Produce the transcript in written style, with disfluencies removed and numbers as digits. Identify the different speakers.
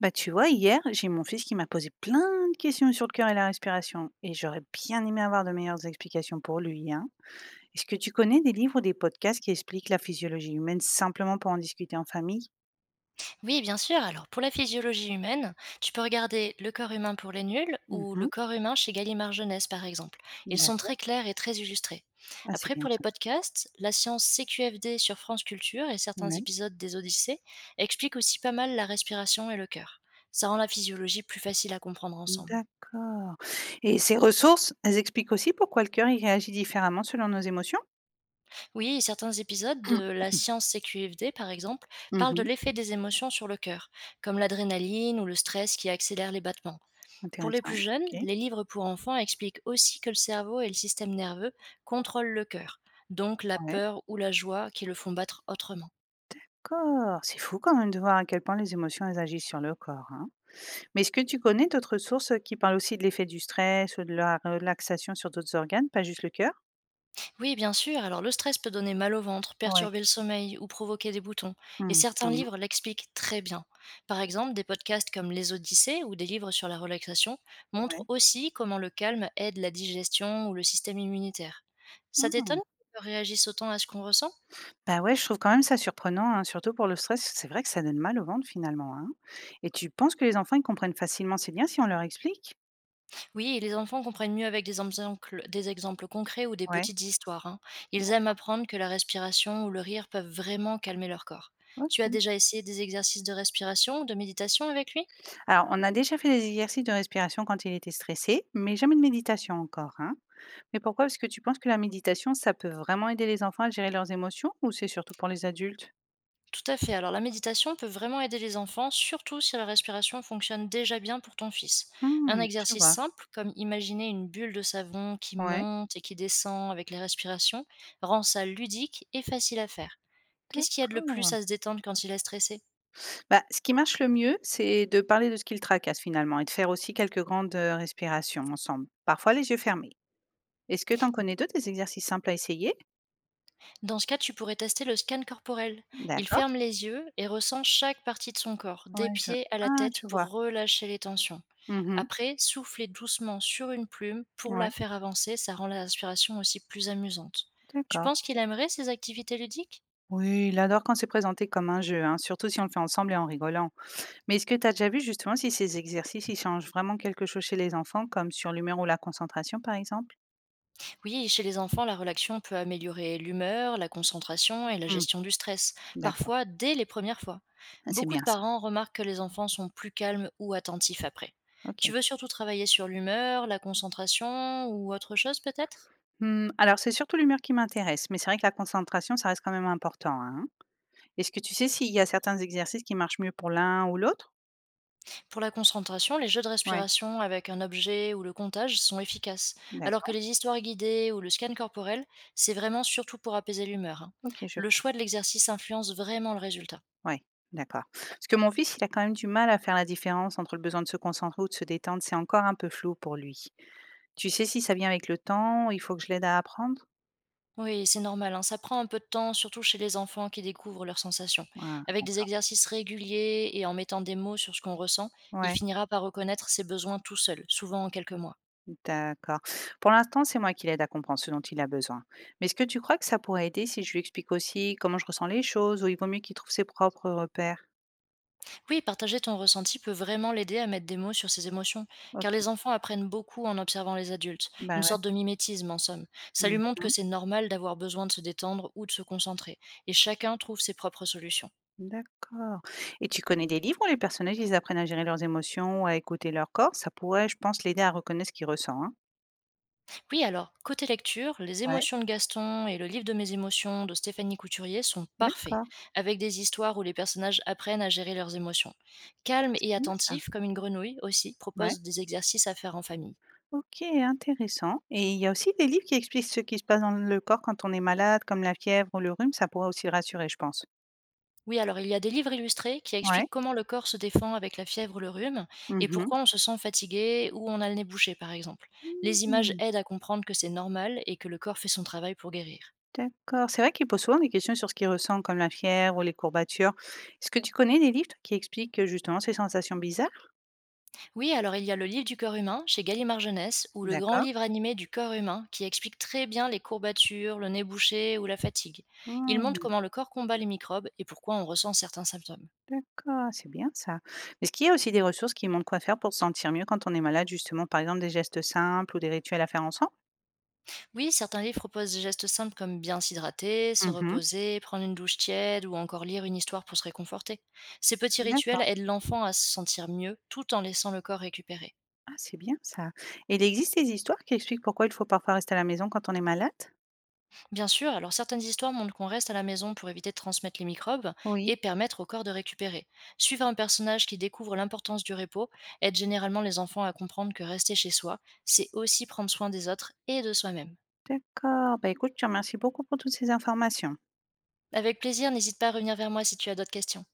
Speaker 1: Bah, tu vois, hier, j'ai mon fils qui m'a posé plein de questions sur le cœur et la respiration, et j'aurais bien aimé avoir de meilleures explications pour lui, hein. Est-ce que tu connais des livres ou des podcasts qui expliquent la physiologie humaine simplement pour en discuter en famille?
Speaker 2: Oui, bien sûr. Alors, pour la physiologie humaine, tu peux regarder Le corps humain pour les nuls ou Le
Speaker 1: Mhm.
Speaker 2: corps humain chez Gallimard Jeunesse, par exemple. Ils sont très
Speaker 1: D'accord.
Speaker 2: clairs et très illustrés.
Speaker 1: Ah, c'est
Speaker 2: Après,
Speaker 1: bien
Speaker 2: pour les
Speaker 1: ça.
Speaker 2: podcasts, la science CQFD sur France Culture et certains
Speaker 1: Ouais.
Speaker 2: épisodes des Odyssées expliquent aussi pas mal la respiration et le cœur. Ça rend la physiologie plus facile à comprendre ensemble.
Speaker 1: D'accord. Et ces ressources, elles expliquent aussi pourquoi le cœur il réagit différemment selon nos émotions?
Speaker 2: Oui, et certains épisodes de la science CQFD, par exemple, parlent de
Speaker 1: Mhm.
Speaker 2: l'effet des émotions sur le cœur, comme l'adrénaline ou le stress qui accélère les battements. Pour les plus
Speaker 1: Intéressant.
Speaker 2: jeunes,
Speaker 1: Ok.
Speaker 2: les livres pour enfants expliquent aussi que le cerveau et le système nerveux contrôlent le cœur, donc la
Speaker 1: Ouais.
Speaker 2: peur ou la joie qui le font battre autrement.
Speaker 1: D'accord. C'est fou quand même de voir à quel point les émotions elles agissent sur le corps, hein. Mais est-ce que tu connais d'autres sources, qui parlent aussi de l'effet du stress ou de la relaxation sur d'autres organes, pas juste le cœur?
Speaker 2: Oui, bien sûr, alors le stress peut donner mal au ventre,
Speaker 1: Ouais.
Speaker 2: perturber le sommeil ou provoquer des boutons, et
Speaker 1: Mmh.
Speaker 2: certains
Speaker 1: Mmh.
Speaker 2: livres l'expliquent très bien. Par exemple, des podcasts comme Les Odyssées ou des livres sur la relaxation
Speaker 1: Ouais.
Speaker 2: montrent aussi comment le calme aide la digestion ou le système immunitaire. Ça t'étonne
Speaker 1: Mmh.
Speaker 2: qu'ils réagissent autant à ce qu'on ressent?
Speaker 1: Bah, ouais, je trouve quand même ça surprenant, hein, surtout pour le stress. C'est vrai que ça donne mal au ventre finalement, hein? Et tu penses que les enfants, ils comprennent facilement ces liens si on leur explique?
Speaker 2: Oui, et les enfants comprennent mieux avec des exemples concrets ou des
Speaker 1: Ouais,
Speaker 2: petites histoires, hein. Ils aiment apprendre que la respiration ou le rire peuvent vraiment calmer leur corps. Tu as
Speaker 1: OK.
Speaker 2: déjà essayé des exercices de respiration ou de méditation avec lui?
Speaker 1: Alors, on a déjà fait des exercices de respiration quand il était stressé, mais jamais de méditation encore, hein? Mais pourquoi? Parce que tu penses que la méditation, ça peut vraiment aider les enfants à gérer leurs émotions ou c'est surtout pour les adultes?
Speaker 2: Tout à fait. Alors la méditation peut vraiment aider les enfants, surtout si la respiration fonctionne déjà bien pour ton fils. Un
Speaker 1: Mmh, je
Speaker 2: exercice
Speaker 1: vois.
Speaker 2: simple, comme imaginer une bulle de savon qui
Speaker 1: Ouais.
Speaker 2: monte et qui descend avec les respirations, rend ça ludique et facile à faire. Qu'est-ce qui aide le plus
Speaker 1: D'accord.
Speaker 2: à se détendre quand il est stressé?
Speaker 1: Bah, ce qui marche le mieux, c'est de parler de ce qui le tracasse finalement et de faire aussi quelques grandes respirations ensemble, parfois les yeux fermés. Est-ce que tu en connais d'autres, des exercices simples à essayer?
Speaker 2: Dans ce cas, tu pourrais tester le scan corporel. Il
Speaker 1: D'accord.
Speaker 2: ferme les yeux et ressent chaque partie de son corps, des
Speaker 1: Ouais, je...
Speaker 2: pieds à la
Speaker 1: Ah,
Speaker 2: tête
Speaker 1: je vois.
Speaker 2: pour relâcher les tensions.
Speaker 1: Mhm.
Speaker 2: Après, souffler doucement sur une plume pour
Speaker 1: Ouais,
Speaker 2: la faire avancer, ça rend la respiration aussi plus amusante. Tu
Speaker 1: d'accord.
Speaker 2: penses qu'il aimerait ces activités ludiques?
Speaker 1: Oui, il adore quand c'est présenté comme un jeu, hein, surtout si on le fait ensemble et en rigolant. Mais est-ce que tu as déjà vu justement si ces exercices, ils changent vraiment quelque chose chez les enfants, comme sur l'humeur ou la concentration par exemple?
Speaker 2: Oui, chez les enfants, la relaxation peut améliorer l'humeur, la concentration et la
Speaker 1: Hmm.
Speaker 2: gestion du stress,
Speaker 1: D'accord.
Speaker 2: parfois dès les premières fois.
Speaker 1: Ah, c'est
Speaker 2: Beaucoup de
Speaker 1: bien ça.
Speaker 2: parents remarquent que les enfants sont plus calmes ou attentifs après.
Speaker 1: Ok.
Speaker 2: Tu veux surtout travailler sur l'humeur, la concentration ou autre chose peut-être?
Speaker 1: Mmh, alors c'est surtout l'humeur qui m'intéresse, mais c'est vrai que la concentration, ça reste quand même important, hein. Est-ce que tu sais s'il y a certains exercices qui marchent mieux pour l'un ou l'autre?
Speaker 2: Pour la concentration, les jeux de
Speaker 1: Ouais,
Speaker 2: respiration avec un objet ou le comptage sont efficaces, alors que
Speaker 1: d'accord.
Speaker 2: les histoires guidées ou le scan corporel, c'est vraiment surtout pour apaiser l'humeur, hein.
Speaker 1: OK, je
Speaker 2: Le
Speaker 1: vois.
Speaker 2: choix de l'exercice influence vraiment le résultat.
Speaker 1: Ouais, d'accord. Parce que mon fils, il a quand même du mal à faire la différence entre le besoin de se concentrer ou de se détendre, c'est encore un peu flou pour lui. Tu sais si ça vient avec le temps, il faut que je l'aide à apprendre?
Speaker 2: Oui, c'est normal, hein, ça prend un peu de temps, surtout chez les enfants qui découvrent leurs sensations.
Speaker 1: Ah,
Speaker 2: Avec des
Speaker 1: d'accord.
Speaker 2: exercices réguliers et en mettant des mots sur ce qu'on ressent, il
Speaker 1: Ouais,
Speaker 2: finira par reconnaître ses besoins tout seul, souvent en quelques mois.
Speaker 1: d'accord. Pour l'instant, c'est moi qui l'aide à comprendre ce dont il a besoin. Mais est-ce que tu crois que ça pourrait aider si je lui explique aussi comment je ressens les choses, ou il vaut mieux qu'il trouve ses propres repères?
Speaker 2: Oui, partager ton ressenti peut vraiment l'aider à mettre des mots sur ses émotions, car
Speaker 1: OK.
Speaker 2: les enfants apprennent beaucoup en observant les adultes, une
Speaker 1: Bah, ouais.
Speaker 2: sorte de mimétisme en somme. Ça lui
Speaker 1: Mmh
Speaker 2: montre que
Speaker 1: mh.
Speaker 2: c'est normal d'avoir besoin de se détendre ou de se concentrer, et chacun trouve ses propres solutions.
Speaker 1: D'accord, et tu connais des livres où les personnages, ils apprennent à gérer leurs émotions ou à écouter leur corps? Ça pourrait, je pense, l'aider à reconnaître ce qu'il ressent, hein?
Speaker 2: Oui, alors, côté lecture, Les
Speaker 1: Ouais,
Speaker 2: émotions de Gaston et Le livre de mes émotions de Stéphanie Couturier sont parfaits,
Speaker 1: d'accord.
Speaker 2: avec des histoires où les personnages apprennent à gérer leurs émotions. Calme
Speaker 1: C'est
Speaker 2: et
Speaker 1: bien ça.
Speaker 2: attentif, comme une grenouille aussi,
Speaker 1: Ouais.
Speaker 2: propose des exercices à faire en famille.
Speaker 1: OK, intéressant, et il y a aussi des livres qui expliquent ce qui se passe dans le corps quand on est malade, comme la fièvre ou le rhume, ça pourrait aussi le rassurer, je pense.
Speaker 2: Oui, alors il y a des livres illustrés qui
Speaker 1: Ouais.
Speaker 2: expliquent comment le corps se défend avec la fièvre ou le rhume et
Speaker 1: Mmh mh.
Speaker 2: pourquoi on se sent fatigué ou on a le nez bouché, par exemple. Les images
Speaker 1: Mmh,
Speaker 2: aident à comprendre que c'est normal et que le corps fait son travail pour guérir.
Speaker 1: d'accord. C'est vrai qu'il pose souvent des questions sur ce qu'il ressent, comme la fièvre ou les courbatures. Est-ce que tu connais des livres, toi, qui expliquent, justement ces sensations bizarres?
Speaker 2: Oui, alors il y a le livre du corps humain chez Gallimard Jeunesse ou le grand
Speaker 1: D'accord.
Speaker 2: livre animé du corps humain qui explique très bien les courbatures, le nez bouché ou la fatigue. Il montre
Speaker 1: Mmh.
Speaker 2: comment le corps combat les microbes et pourquoi on ressent certains symptômes.
Speaker 1: D'accord, c'est bien ça. Mais est-ce qu'il y a aussi des ressources qui montrent quoi faire pour se sentir mieux quand on est malade, justement, par exemple des gestes simples ou des rituels à faire ensemble?
Speaker 2: Oui, certains livres proposent des gestes simples comme bien s'hydrater, se
Speaker 1: Mhm.
Speaker 2: reposer, prendre une douche tiède ou encore lire une histoire pour se réconforter. Ces petits rituels
Speaker 1: D'accord.
Speaker 2: aident l'enfant à se sentir mieux tout en laissant le corps récupérer.
Speaker 1: Ah, c'est bien ça. Et il existe des histoires qui expliquent pourquoi il faut parfois rester à la maison quand on est malade?
Speaker 2: Bien sûr, alors certaines histoires montrent qu'on reste à la maison pour éviter de transmettre les microbes et
Speaker 1: Oui.
Speaker 2: permettre au corps de récupérer. Suivre un personnage qui découvre l'importance du repos aide généralement les enfants à comprendre que rester chez soi, c'est aussi prendre soin des autres et de soi-même.
Speaker 1: D'accord. Bah écoute, je te remercie beaucoup pour toutes ces informations.
Speaker 2: Avec plaisir, n'hésite pas à revenir vers moi si tu as d'autres questions.